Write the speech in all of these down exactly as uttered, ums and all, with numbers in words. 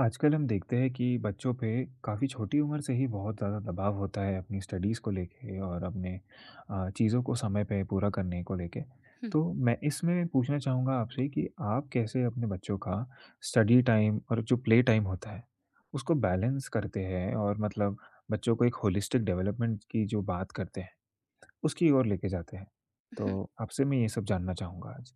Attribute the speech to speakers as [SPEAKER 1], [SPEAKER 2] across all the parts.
[SPEAKER 1] आजकल हम देखते हैं कि बच्चों पे काफ़ी छोटी उम्र से ही बहुत ज़्यादा दबाव होता है अपनी स्टडीज़ को लेके और अपने अ, चीज़ों को समय पे पूरा करने को लेके। तो मैं इसमें पूछना चाहूँगा आपसे कि आप कैसे अपने बच्चों का स्टडी टाइम और जो प्ले टाइम होता है, उसको बैलेंस करते हैं और मतलब बच्चों को एक होलिस्टिक डेवलपमेंट की जो बात करते हैं, उसकी ओर लेके जाते हैं?
[SPEAKER 2] हुँ,
[SPEAKER 1] तो आपसे मैं ये सब जानना चाहूँगा आज।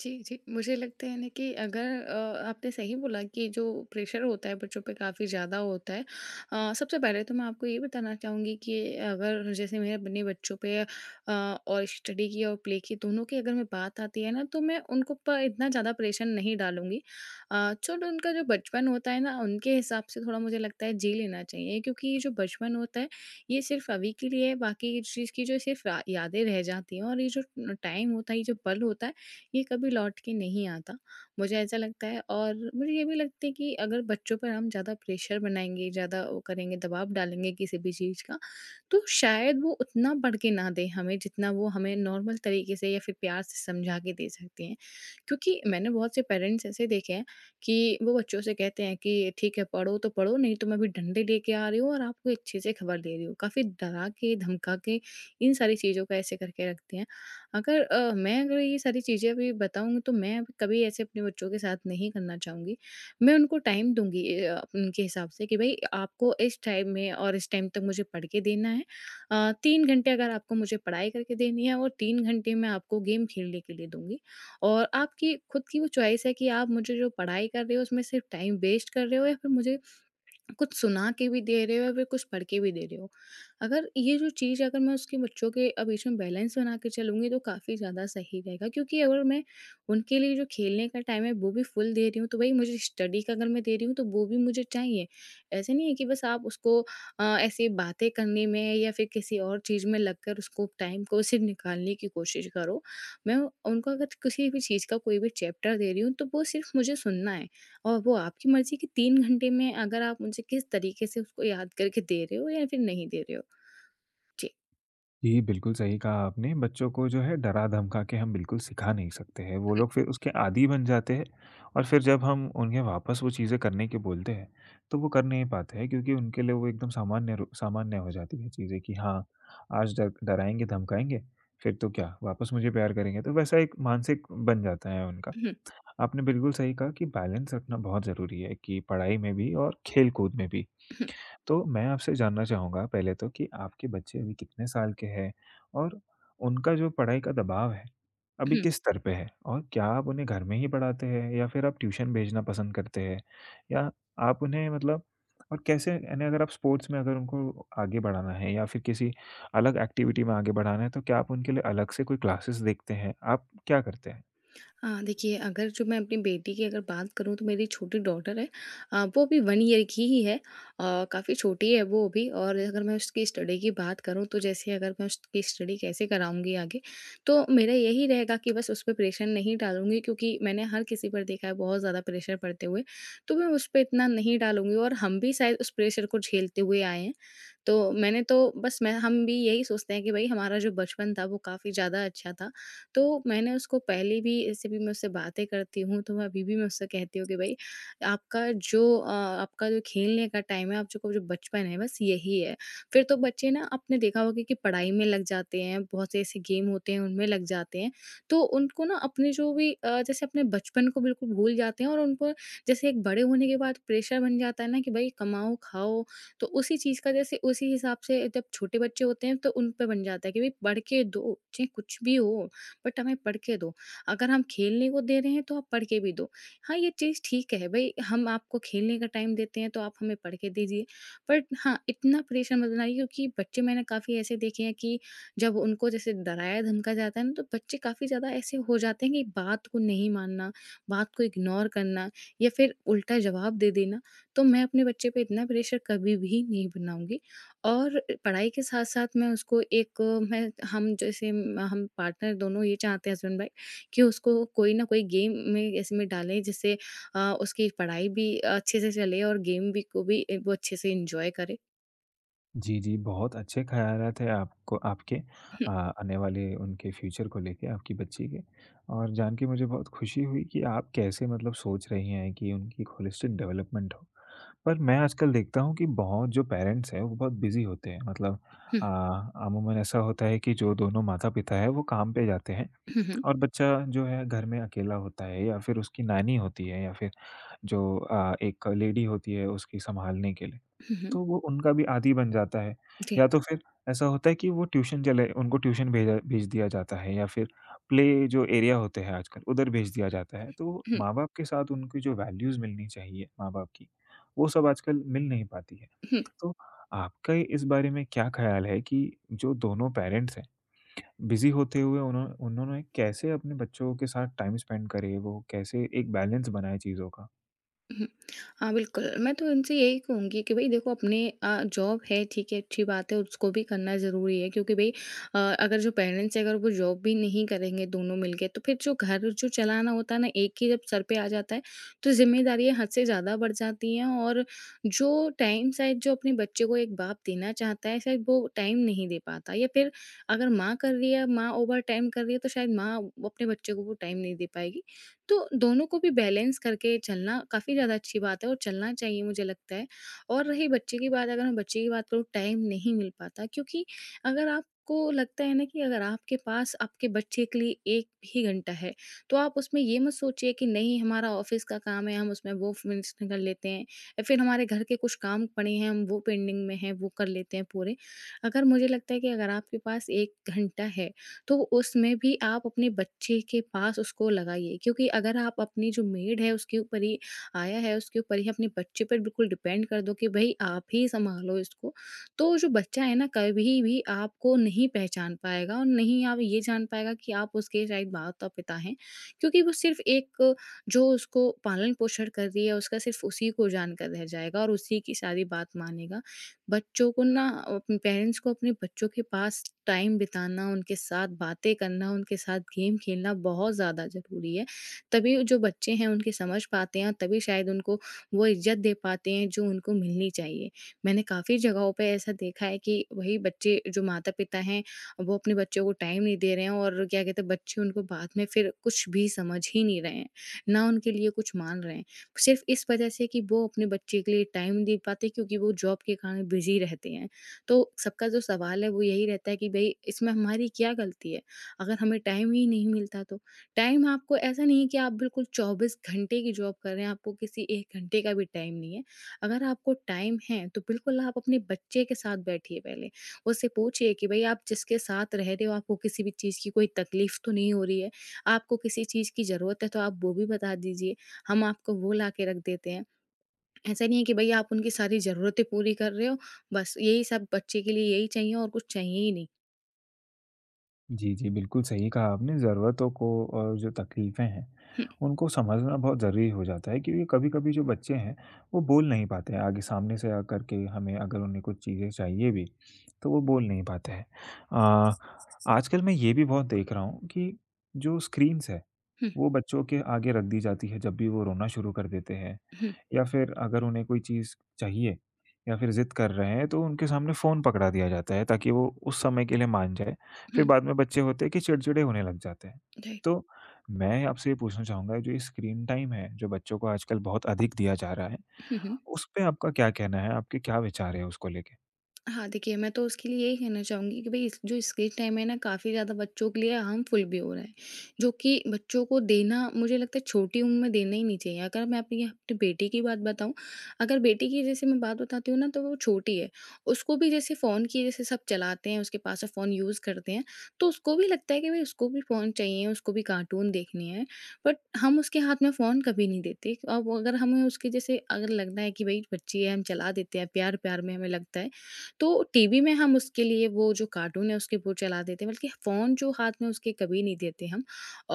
[SPEAKER 2] जी, जी। मुझे लगता है ना कि अगर अ, आपने सही बोला कि जो प्रेशर होता है बच्चों पे काफ़ी ज़्यादा होता है। अ, सबसे पहले तो मैं आपको ये बताना चाहूँगी कि अगर जैसे मेरे अपने बच्चों पे अ, और स्टडी की और प्ले की दोनों की अगर मैं बात आती है ना तो मैं उनको प इतना ज़्यादा प्रेशर नहीं डालूँगी। अ, चलो उनका जो बचपन होता है ना उनके हिसाब से थोड़ा मुझे लगता है जी लेना चाहिए क्योंकि ये जो बचपन होता है ये सिर्फ़ अभी के लिए है, बाकी इस चीज़ की जो सिर्फ़ अ, यादें रह जाती हैं और ये जो टाइम होता है, ये जो पल होता है ये कभी लौट के नहीं आता, मुझे ऐसा लगता है और मुझे ये भी लगता है कि अगर बच्चों पर हम ज़्यादा प्रेशर बनाएँगे, ज़्यादा वो करेंगे, दबाव डालेंगे किसी भी चीज़ का, तो शायद वो उतना बढ़ के ना दें हमें, जितना वो हमें नॉर्मल तरीके से या फिर प्यार से समझा के दे सकते हैं। क्योंकि मैंने बहुत से पेरेंट्स ऐसे देखे हैं कि वो बच्चों से कहते हैं कि ठीक है पढ़ो तो पढ़ो, नहीं तो मैं अभी डंडे लेके आ रही हूँ और आपको अच्छे से खबर दे रही हूँ, काफ़ी डरा के धमका के इन सारी चीज़ों का ऐसे करके रखते हैं। अगर अ, मैं अगर ये सारी चीज़ें अभी बताऊँगी तो मैं अभी कभी ऐसे अपने बच्चों के साथ नहीं करना चाहूँगी। मैं उनको टाइम दूंगी ए, अ, उनके हिसाब से कि भाई आपको इस टाइम में और इस टाइम तक मुझे पढ़ के देना है। अ, तीन घंटे अगर आपको मुझे पढ़ाई करके देनी है और तीन घंटे मैं आपको गेम खेलने के लिए दूंगी, और आपकी खुद की वो चॉइस है कि आप मुझे जो पढ़ाई कर रहे हो उसमें सिर्फ टाइम वेस्ट कर रहे हो या फिर मुझे कुछ सुना के भी दे रहे हो या फिर कुछ पढ़ के भी दे रहे हो। अगर ये जो चीज़ अगर मैं उसके बच्चों के अ, बीच में बैलेंस बना के चलूँगी तो काफ़ी ज़्यादा सही रहेगा, क्योंकि अगर मैं उनके लिए जो खेलने का टाइम है वो भी फुल दे रही हूँ, तो वही मुझे स्टडी का अगर मैं दे रही हूँ तो वो भी मुझे चाहिए। ऐसे नहीं है कि बस आप उसको अ, ऐसे बातें करने में या फिर किसी और चीज़ में लगकर उसको टाइम को सिर्फ़ निकालने की कोशिश करो। मैं उनको अगर किसी भी चीज़ का कोई भी चैप्टर दे रही हूँ तो वो सिर्फ़ मुझे सुनना है। और वो आपकी मर्ज़ी कि 3 घंटे में अगर आप मुझे किस तरीके से उसको याद करके दे रहे हो या फिर नहीं दे रहे हो। जी।
[SPEAKER 1] जी, बिल्कुल सही कहा आपने। बच्चों को जो है डरा-धमका के हम बिल्कुल सिखा नहीं सकते हैं। वो
[SPEAKER 2] हुँ।
[SPEAKER 1] लोग फिर उसके आदी बन जाते हैं और फिर जब हम उन्हें वापस वो चीज़ें करने के बोलते हैं, तो वो कर नहीं पाते हैं क्योंकि उनके लिए वो एकदम सामान्य रू सामान्य हो जाती है चीज़ें कि हाँ, आज डर डराएँगे, धमकाएँगे, फिर तो क्या वापस मुझे प्यार करेंगे। तो वैसा एक मानसिक बन जाता है उनका।
[SPEAKER 2] हुँ, हुँ,
[SPEAKER 1] आपने बिल्कुल सही कहा कि बैलेंस रखना बहुत ज़रूरी है कि पढ़ाई में भी और खेल-कूद में भी। तो मैं आपसे जानना चाहूँगा पहले तो कि आपके बच्चे अभी कितने साल के हैं? और उनका जो पढ़ाई का दबाव है, अभी
[SPEAKER 2] हुँ।
[SPEAKER 1] किस स्तर पे है? और क्या आप उन्हें घर में ही पढ़ाते हैं या फिर आप ट्यूशन भेजना पसंद करते हैं? या आप उन्हें मतलब और कैसे यानी अगर आप स्पोर्ट्स में अगर उनको आगे बढ़ाना है या फिर किसी अलग एक्टिविटी में आगे बढ़ाना है, तो क्या आप उनके लिए अलग से कोई क्लासेस देखते हैं? आप क्या करते हैं?
[SPEAKER 2] हाँ, देखिए, अगर जो मैं अपनी बेटी की अगर बात करूँ तो मेरी छोटी डॉटर है, अ, वो भी 1 ईयर की ही है, अ, काफ़ी छोटी है वो भी, और अगर मैं उसकी स्टडी की बात करूँ तो जैसे अगर मैं उसकी स्टडी कैसे कराऊँगी आगे, तो मेरा यही रहेगा कि बस उस पे प्रेशर नहीं डालूँगी क्योंकि मैंने हर किसी पर देखा है बहुत ज़्यादा प्रेशर पड़ते हुए, तो मैं उस पे इतना नहीं डालूँगी और हम भी शायद उस प्रेशर को झेलते हुए आए हैं। तो मैंने तो बस मैं हम भी यही सोचते हैं कि भई हमारा जो बचपन था वो काफ़ी ज़्यादा अच्छा था। तो मैंने उसको पहले भी ऐसे भी मैं उससे बातें करती हूँ, तो मैं अभी भी मैं उससे कहती हूँ कि भई आपका जो अ, आपका जो खेलने का टाइम है, आप जो जो बचपन है बस यही है। फिर तो बच्चे ना, आपने देखा होगा कि पढ़ाई में लग जाते हैं, बहुत से ऐसे गेम होते हैं उनमें लग जाते हैं। तो उनको ना अपने जो भी अ, जैसे अपने बचपन को बिल्कुल भूल जाते हैं, और उनको जैसे एक बड़े होने के बाद प्रेशर बन जाता है ना कि भई कमाओ, खाओ। तो उसी चीज़ का जैसे उसी हिसाब से जब छोटे बच्चे होते हैं तो उन पे बन जाता है कि भाई पढ़ के दो चाहे कुछ भी हो, बट हमें पढ़ के दो। अगर हम खेलने को दे रहे हैं तो आप पढ़ के भी दो। हाँ, ये चीज़ ठीक है भाई, हम आपको खेलने का टाइम देते हैं तो आप हमें पढ़ के दीजिए। बट हाँ, इतना प्रेशर मत बनाइए क्योंकि बच्चे मैंने काफ़ी ऐसे देखे हैं कि जब उनको जैसे डराया धमका जाता है ना, तो बच्चे काफ़ी ज़्यादा ऐसे हो जाते हैं कि बात को नहीं मानना, बात को इग्नोर करना, या फिर उल्टा जवाब दे देना। तो मैं अपने बच्चे पे इतना प्रेशर कभी भी नहीं बनाऊँगी। और पढ़ाई के साथ-साथ मैं उसको एक अ, मैं हम जैसे म- हम पार्टनर दोनों ये चाहते हैं, हस्बैंड-वाइफ, कि उसको कोई ना कोई गेम में ऐसे में डालें जिससे अ, उसकी पढ़ाई भी अच्छे से चले और गेम भी को भी अ, वो अच्छे से एन्जॉय करे।
[SPEAKER 1] जी, जी, बहुत अच्छे ख़यालात हैं आपको आपके अ, आने वाले उनके फ्यूचर को लेके आपकी बच्ची के। और जान के मुझे बहुत खुशी हुई कि आप कैसे मतलब सोच रही हैं कि उनकी एक होलिस्टिक डेवलपमेंट हो। पर मैं आजकल देखता हूँ कि बहुत जो पेरेंट्स हैं, वो बहुत बिज़ी होते हैं मतलब
[SPEAKER 2] हुँ,
[SPEAKER 1] अ, अमूमन ऐसा होता है कि जो दोनों माता-पिता हैं, वो काम पे जाते हैं
[SPEAKER 2] हुँ, हुँ, हुँ,
[SPEAKER 1] और बच्चा जो है घर में अकेला होता है या फिर उसकी नानी होती है या फिर जो अ, एक लेडी होती है उसकी सँभालने के लिए।
[SPEAKER 2] हुँ, हुँ,
[SPEAKER 1] तो वो उनका भी आदी बन जाता है।
[SPEAKER 2] जी।
[SPEAKER 1] या तो फिर ऐसा होता है कि वो ट्यूशन चले उनको ट्यूशन भेजा भेज दिया जाता है या फिर प्ले जो एरिया होते हैं आजकल उधर भेज दिया जाता है। तो
[SPEAKER 2] हुँ,
[SPEAKER 1] माँ-बाप के साथ उनकी जो वैल्यूज़ मिलनी चाहिए माँ-बाप की, वो सब आजकल मिल नहीं पाती है।
[SPEAKER 2] हुँ।
[SPEAKER 1] तो आपका इस बारे में क्या ख़्याल है कि जो दोनों पेरेंट्स हैं, बिज़ी होते हुए उन्हों उन्होंने कैसे अपने बच्चों के साथ टाइम स्पेंड करे? वो कैसे एक बैलेंस बनाए चीज़ों का?
[SPEAKER 2] हुँ। हाँ, बिल्कुल। मैं तो इनसे यही कहूँगी कि भई देखो, अपने अ, जॉब है ठीक है, अच्छी बात है, उसको भी करना ज़रूरी है क्योंकि भई अ, अगर जो पेरेंट्स हैं अगर वो जॉब भी नहीं करेंगे दोनों मिलके, तो फिर जो घर जो चलाना होता है ना एक ही जब सर पे आ जाता है, तो ज़िम्मेदारियाँ हद से ज़्यादा बढ़ जाती हैं, और जो टाइम शायद जो अपने बच्चे को एक बाप देना चाहता है शायद वो टाइम नहीं दे पाता, या फिर अगर माँ कर रही है, माँ ओवरटाइम कर रही है, तो शायद माँ अपने बच्चे को वो टाइम नहीं दे पाएगी। तो दोनों को भी बैलेंस करके चलना काफ़ी ज़्यादा अच्छी बात है, और चलना चाहिए मुझे लगता है। और रही बच्चे की बात, अगर मैं बच्चे की बात करूँ, टाइम नहीं मिल पाता क्योंकि अगर आपको लगता है ना कि अगर आपके पास आपके बच्चे के लिए एक ही घंटा है, तो आप उसमें ये मत सोचिए कि नहीं हमारा ऑफ़िस का काम है हम उसमें वो फिनिश कर लेते हैं, या फिर हमारे घर के कुछ काम पड़े हैं हम वो पेंडिंग में हैं वो कर लेते हैं पूरे। अगर मुझे लगता है कि अगर आपके पास एक घंटा है, तो उसमें भी आप अपने बच्चे के पास उसको लगाइए, क्योंकि अगर आप अपनी जो मेड है उसके ऊपर ही आया है उसके ऊपर ही अपने बच्चे पर बिल्कुल डिपेंड कर दो कि भाई आप ही संभालो इसको, तो जो बच्चा है ना कभी भी आपको नहीं पहचान पाएगा, और नहीं आप ये जान पाएगा कि आप उसके शायद माता पिता हैं, क्योंकि वो सिर्फ एक जो उसको पालन पोषण कर रही है उसका सिर्फ उसी को जानकर रह जाएगा, और उसी की सारी बात मानेगा। बच्चों को ना, अपने पेरेंट्स को अपने बच्चों के पास टाइम बिताना, उनके साथ बातें करना, उनके साथ गेम खेलना बहुत ज़्यादा ज़रूरी है। तभी जो बच्चे हैं उनकी समझ पाते हैं, और तभी शायद उनको वो इज़्ज़त दे पाते हैं जो उनको मिलनी चाहिए। मैंने काफ़ी जगहों पे ऐसा देखा है कि वही बच्चे जो माता-पिता हैं, वो अपने बच्चों को टाइम नहीं दे रहे हैं, और क्या कहते हैं बच्चे उनको बाद में फिर कुछ भी समझ ही नहीं रहे हैं, ना उनके लिए कुछ मान रहे हैं। सिर्फ़ इस वजह से कि वो अपने बच्चे के लिए टाइम नहीं दे पाते क्योंकि वो जॉब के कारण बिज़ी रहते हैं। तो सबका जो सवाल है वो यही रहता है कि भई इसमें हमारी क्या गलती है? अगर हमें टाइम ही नहीं मिलता तो? टाइम, आपको ऐसा नहीं है कि आप बिल्कुल चौबीस घंटे की जॉब कर रहे हैं, आपको किसी एक घंटे का भी टाइम नहीं है। अगर आपको टाइम है तो बिल्कुल आप अपने बच्चे के साथ बैठिए पहले। उससे पूछिए कि भई आप जिसके साथ रह रहे हो आपको किसी भी चीज़ की कोई तकलीफ़ तो नहीं हो रही है? आपको किसी चीज़ की ज़रूरत है तो आप वो भी बता दीजिए। हम आपको वो ला के रख देते हैं। ऐसा नहीं है कि भई आप उनकी सारी ज़रूरतें पूरी कर रहे हो, बस यही सब बच्चे के लिए यही चाहिए और कुछ चाहिए ही नहीं।
[SPEAKER 1] जी, जी, बिल्कुल सही कहा आपने, ज़रूरतों को और जो तकलीफ़ें हैं,
[SPEAKER 2] हुँ,
[SPEAKER 1] उनको समझना बहुत ज़रूरी हो जाता है क्योंकि कभी-कभी जो बच्चे हैं, वो बोल नहीं पाते हैं आगे सामने से आकर के हमें अगर उन्हें कुछ चीज़ें चाहिए भी, तो वो बोल नहीं पाते हैं। अ, आजकल मैं ये भी बहुत देख रहा हूँ कि जो स्क्रीन्स है,
[SPEAKER 2] हुँ,
[SPEAKER 1] वो बच्चों के आगे रख दी जाती है जब भी वो रोना शुरू कर देते हैं
[SPEAKER 2] हुँ,
[SPEAKER 1] या फिर अगर उन्हें कोई चीज़ चाहिए या फिर ज़िद कर रहे हैं, तो उनके सामने फ़ोन पकड़ा दिया जाता है ताकि वो उस समय के लिए मान जाएँ। फिर
[SPEAKER 2] हुँ,
[SPEAKER 1] बाद में बच्चे होते हैं कि चिड़चिड़े होने लग जाते हैं।
[SPEAKER 2] राइट।
[SPEAKER 1] तो मैं आपसे ये पूछना चाहूँगा जो ये स्क्रीन टाइम है, जो बच्चों को आजकल बहुत अधिक दिया जा रहा है,
[SPEAKER 2] हुँ, हुँ।
[SPEAKER 1] उस पे आपका क्या कहना है? आपके क्या विचार हैं उसको लेके?
[SPEAKER 2] हाँ, देखिए मैं तो उसके लिए यही कहना चाहूँगी कि भई इस जो स्क्रीन टाइम है ना काफ़ी ज़्यादा बच्चों के लिए हार्मफुल भी हो रहा है, जो कि बच्चों को देना मुझे लगता है छोटी उम्र में देना ही नहीं चाहिए। अगर मैं अपनी अपनी बेटी की बात बताऊँ, अगर बेटी की जैसे मैं बात बताती हूँ ना तो वो छोटी है, उसको भी जैसे फ़ोन की जैसे सब चलाते हैं, उसके पास फ़ोन यूज़ करते हैं, तो उसको भी लगता है कि भई उसको भी फ़ोन चाहिए, उसको भी कार्टून देखने हैं, बट हम उसके हाथ में फ़ोन कभी नहीं देते। अब अगर हमें उसके जैसे अगर लगता है कि भई बच्ची है हम चला देते हैं, प्यार-प्यार में हमें लगता है तो टीवी में हम उसके लिए वो जो कार्टून है उसके वो चला देते हैं बल्कि फ़ोन जो हाथ में उसके कभी नहीं देते हम।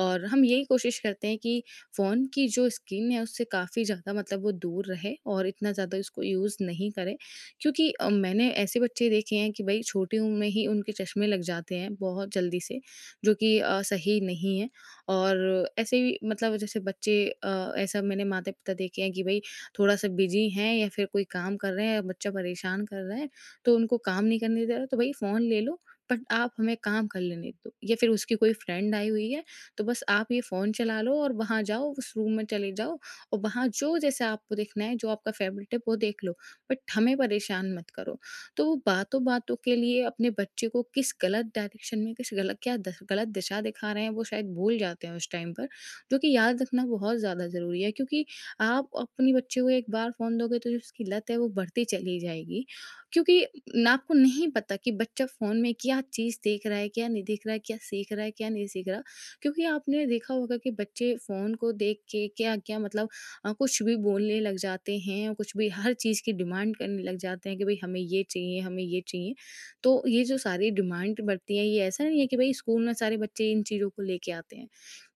[SPEAKER 2] और हम यही कोशिश करते हैं कि फ़ोन की जो स्क्रीन है उससे काफ़ी ज़्यादा मतलब वो दूर रहे और इतना ज़्यादा उसको यूज़ नहीं करे क्योंकि अ, मैंने ऐसे बच्चे देखे हैं कि भाई छोटी उम्र में ही उनके चश्मे लग जाते हैं बहुत जल्दी से, जो कि अ, सही नहीं है। और ऐसे ही मतलब जैसे बच्चे, अ, ऐसा मैंने माता पिता देखे हैं कि भाई थोड़ा सा बिजी हैं या फिर कोई काम कर रहे हैं, बच्चा परेशान कर रहा है, तो उनको काम नहीं करने दे रहे हो तो भई फ़ोन ले लो, बट आप हमें काम कर लेने दो, या फिर उसकी कोई फ्रेंड आई हुई है, तो बस आप ये फ़ोन चला लो और वहाँ जाओ, उस रूम में चले जाओ और वहाँ जो जैसे आपको देखना है, जो आपका फ़ेवरेट है वो देख लो, बट हमें परेशान मत करो। तो वो बातों-बातों के लिए अपने बच्चे को किस गलत डायरेक्शन में, किस गलत क्या, दस गलत दिशा दिखा रहे हैं, वो शायद भूल जाते हैं उस टाइम पर, जो कि याद रखना बहुत ज़्यादा ज़रूरी है, क्योंकि आप अपने बच्चे को एक बार फ़ोन दोगे तो जो उसकी लत है वो बढ़ती चली जाएगी, क्योंकि न आपको नहीं पता कि बच्चा फ़ोन में क्या चीज़ देख रहा है, क्या नहीं देख रहा है, क्या सीख रहा है, क्या नहीं सीख रहा। क्योंकि आपने देखा होगा कि बच्चे फ़ोन को देख के क्या-क्या, मतलब अ, कुछ भी बोलने लग जाते हैं, कुछ भी हर चीज़ की डिमांड करने लग जाते हैं कि भई हमें ये चाहिए, हमें ये चाहिए। तो ये जो सारी डिमांड बढ़ती है, ये ऐसा नहीं है कि भई स्कूल में सारे बच्चे इन चीज़ों को लेके आते हैं।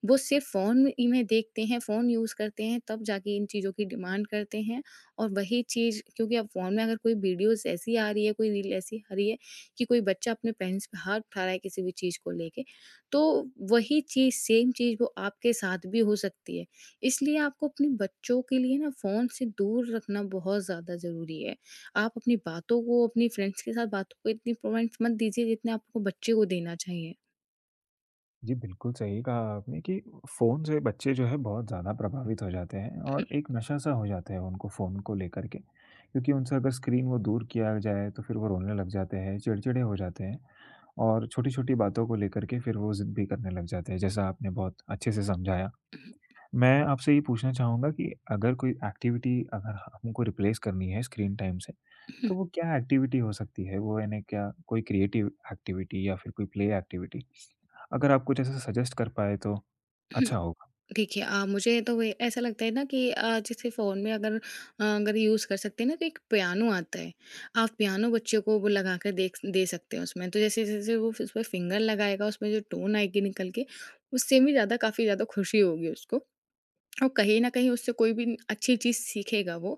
[SPEAKER 2] वो सिर्फ़ फ़ोन में इन्हें देखते हैं, फ़ोन यूज़ करते हैं, तब जाके इन चीज़ों की डिमांड करते हैं। और वही चीज़, क्योंकि अब फ़ोन में अगर कोई वीडियोज़ ऐसी आ रही है, कोई रील ऐसी आ रही है कि कोई बच्चा अपने पेरेंट्स पे हाथ उठा रहा है किसी भी चीज़ को लेके, तो वही चीज़, सेम चीज़ वो आपके साथ भी हो सकती है। इसलिए आपको अपने बच्चों के लिए ना फ़ोन से दूर रखना बहुत ज़्यादा ज़रूरी है। आप अपनी बातों को, अपनी फ्रेंड्स के साथ बातों को इतनी प्रोवेंस मत दीजिए, जितने आपको बच्चे को देना चाहिए।
[SPEAKER 1] जी, बिल्कुल सही कहा आपने कि फ़ोन से बच्चे जो है बहुत ज़्यादा प्रभावित हो जाते हैं और एक नशा-सा हो जाता है उनको फ़ोन को लेकर के। क्योंकि उनसे अगर स्क्रीन वो दूर किया जाए तो फिर वो रोने लग जाते हैं, चिड़चिड़े हो जाते हैं और छोटी-छोटी बातों को लेकर के फिर वो ज़िद भी करने लग जाते हैं, जैसा आपने बहुत अच्छे से समझाया। मैं आपसे ये पूछना चाहूँगा कि अगर कोई एक्टिविटी अगर हमको रिप्लेस करनी है स्क्रीन टाइम से, तो वो क्या एक्टिविटी हो सकती है? वो यानी क्या कोई क्रिएटिव एक्टिविटी या फिर कोई प्ले एक्टिविटी? अगर आप कुछ ऐसा सजेस्ट कर पाएँ तो अच्छा होगा।
[SPEAKER 2] देखिए अ, मुझे तो वे ऐसा लगता है ना कि अ, जैसे फ़ोन में अगर, अ, अगर यूज़ कर सकते हैं ना, तो एक पियानो आता है। आप पियानो बच्चों को वो लगा कर देख दे सकते हैं उसमें। तो जैसे-जैसे वो उस पे फिंगर लगाएगा, उसमें जो टोन आएगी निकल के, उससे भी ज़्यादा, काफ़ी ज़्यादा खुशी होगी उसको। और कहीं न कहीं उससे कोई भी अच्छी चीज़ सीखेगा वो।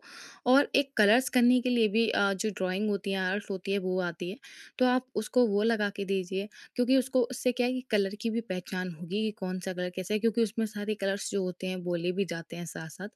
[SPEAKER 2] और एक, कलर्स करने के लिए भी अ, जो ड्राइंग होती है, आर्ट होती है वो आती है। तो आप उसको वो लगा के दीजिए, क्योंकि उसको उससे क्या है कि कलर की भी पहचान होगी, कि कौन सा कलर कैसा है, क्योंकि उसमें सारे कलर्स जो होते हैं बोले भी जाते हैं साथ-साथ,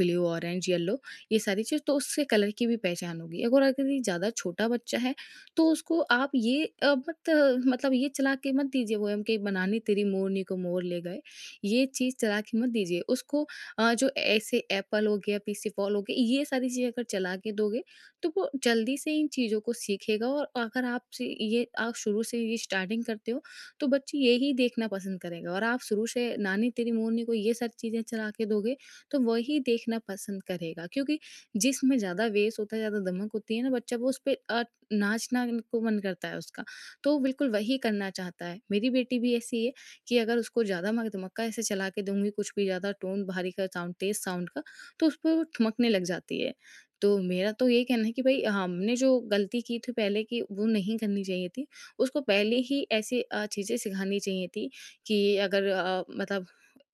[SPEAKER 2] ब्लू, ऑरेंज, येलो, ये सारी चीज़, तो उससे कलर की भी पहचान होगी। अगर अगर ये ज़्यादा छोटा बच्चा है, तो उसको आप ये अ, मत मतलब ये चला के मत दीजिए, वो हम कि बनानी तेरी मोरनी को मोर ले गए, ये चीज़ चला के मत दीजिए। उसको अ, जो ऐसे एप्पल हो गया, पीसी फॉल हो गया, ये सारी चीज़ें अगर चला के दोगे, तो वो जल्दी से इन चीज़ों को सीखेगा, और अगर आप से ये, आप शुरू से ये स्टार्टिंग करते हो, तो बच्चे यही देखना पसंद करेगा, और आप शुरू से नानी तेरी मोरनी को ये सारी चीज़ें चला के दोगे, तो वही देखना पसंद करेगा, क्योंकि जिसमें ज़्यादा वेस होता है, ज़्यादा दमक होती है ना, बच्चा वो उस पे अ, नाचना को मन करता है उसका, तो बिल्कुल वही करना चाहता है। मेरी बेटी भी ऐसी है। कि अगर उसको ज़्यादा मैं धमक्का ऐसे चला के दूँगी, कुछ भी ज़्यादा टोन भारी का साउंड, तेज़ साउंड का, तो उसपे वो ठुमकने लग जाती है। तो मेरा तो यही कहना है कि भई हमने जो गलती की थी पहले, कि वो नहीं करनी चाहिए थी। उसको पहले ही ऐसी अ, चीज़ें सिखानी चाहिए थी, कि अगर अ, मतलब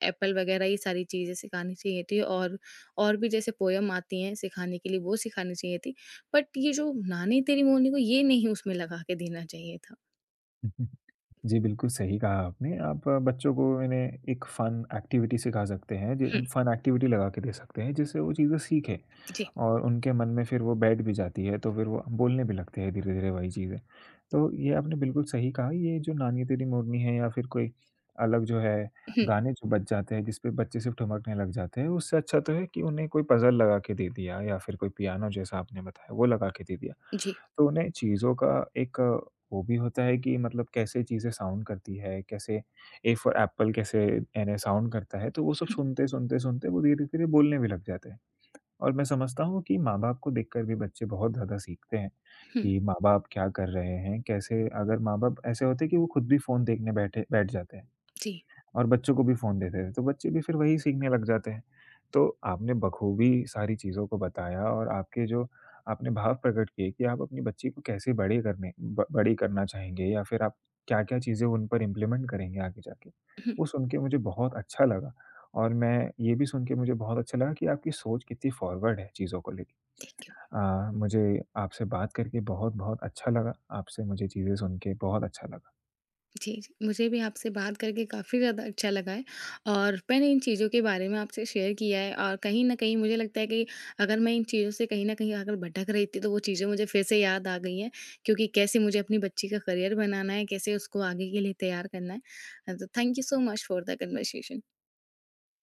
[SPEAKER 2] एप्पल वग़ैरह ये सारी चीज़ें सिखानी चाहिए थी, और और भी जैसे पोएम आती हैं सिखाने के लिए, वो सिखानी चाहिए थी। बट ये जो नानी तेरी मोरनी को, ये नहीं उसमें लगा के देना चाहिए था।
[SPEAKER 1] जी, बिल्कुल सही कहा आपने। आप अ, बच्चों को इन्हें एक फ़न एक्टिविटी सिखा सकते हैं,
[SPEAKER 2] हुँ,
[SPEAKER 1] ज फ़न एक्टिविटी लगा के दे सकते हैं, जिससे वो चीज़ें सीखें
[SPEAKER 2] जी।
[SPEAKER 1] और उनके मन में फिर वो बैठ भी जाती है, तो फिर वो बोलने भी लगते हैं धीरे-धीरे वही चीज़ें। तो ये आपने बिल्कुल सही कहा, ये जो नानी तेरी मोरनी है या फिर कोई अलग जो है,
[SPEAKER 2] हुँ,
[SPEAKER 1] गाने जो बज जाते हैं, जिसपे बच्चे सिर्फ़ ठुमकने लग जाते हैं, उससे अच्छा तो है कि उन्हें कोई पज़ल लगा के दे दिया या फिर कोई पियानो जैसा आपने बताया, वो लगा के दे दिया।
[SPEAKER 2] जी।
[SPEAKER 1] तो उन्हें चीज़ों का एक वो भी होता है कि मतलब कैसे चीज़ें साउंड करती है, कैसे ए फॉर एप्पल कैसे यानी साउंड करता है, तो वो सब
[SPEAKER 2] हुँ,
[SPEAKER 1] सुनते, सुनते, सुनते वो धीरे-धीरे बोलने भी लग जाते हैं। और मैं समझता हूँ कि माँ-बाप को देखकर भी बच्चे बहुत ज़्यादा सीखते हैं
[SPEAKER 2] हुँ,
[SPEAKER 1] कि माँ-बाप क्या कर रहे हैं, कैसे अगर माँ-बाप ऐसे होते हैं कि वो खुद भी फ़ोन देखने बैठे बैठ जाते हैं।
[SPEAKER 2] जी।
[SPEAKER 1] और बच्चों को भी फ़ोन दे देते हैं, तो बच्चे भी फिर वही सीखने लग जाते हैं। तो आपने बखूबी सारी चीज़ों को बताया और आपके जो आपने भाव प्रकट किए कि आप अपनी बच्ची को कैसे बड़े करने ब बड़ी करना चाहेंगे या फिर आप क्या-क्या चीज़ें उन पर इम्प्लीमेंट करेंगे आगे जाके।
[SPEAKER 2] हुँ,
[SPEAKER 1] वो सुन के मुझे बहुत अच्छा लगा और मैं ये भी सुन के मुझे बहुत अच्छा लगा कि आपकी सोच कितनी फॉरवर्ड है चीज़ों को लेके।
[SPEAKER 2] Thank you.
[SPEAKER 1] अ, मुझे आपसे बात करके बहुत-बहुत अच्छा लगा। आपसे मुझे चीज़ें सुन के बहुत अच्छा लगा।
[SPEAKER 2] जी, जी, मुझे भी आपसे बात करके काफ़ी ज़्यादा अच्छा लगा है, और मैंने इन चीज़ों के बारे में आपसे शेयर किया है, और कहीं न कहीं मुझे लगता है कि अगर मैं इन चीज़ों से कहीं न कहीं अगर भटक रही थी, तो वो चीज़ें मुझे फिर से याद आ गई हैं, क्योंकि कैसे मुझे अपनी बच्ची का करियर बनाना है, कैसे उसको आगे के लिए तैयार करना है। अ, तो thank you so much for the conversation.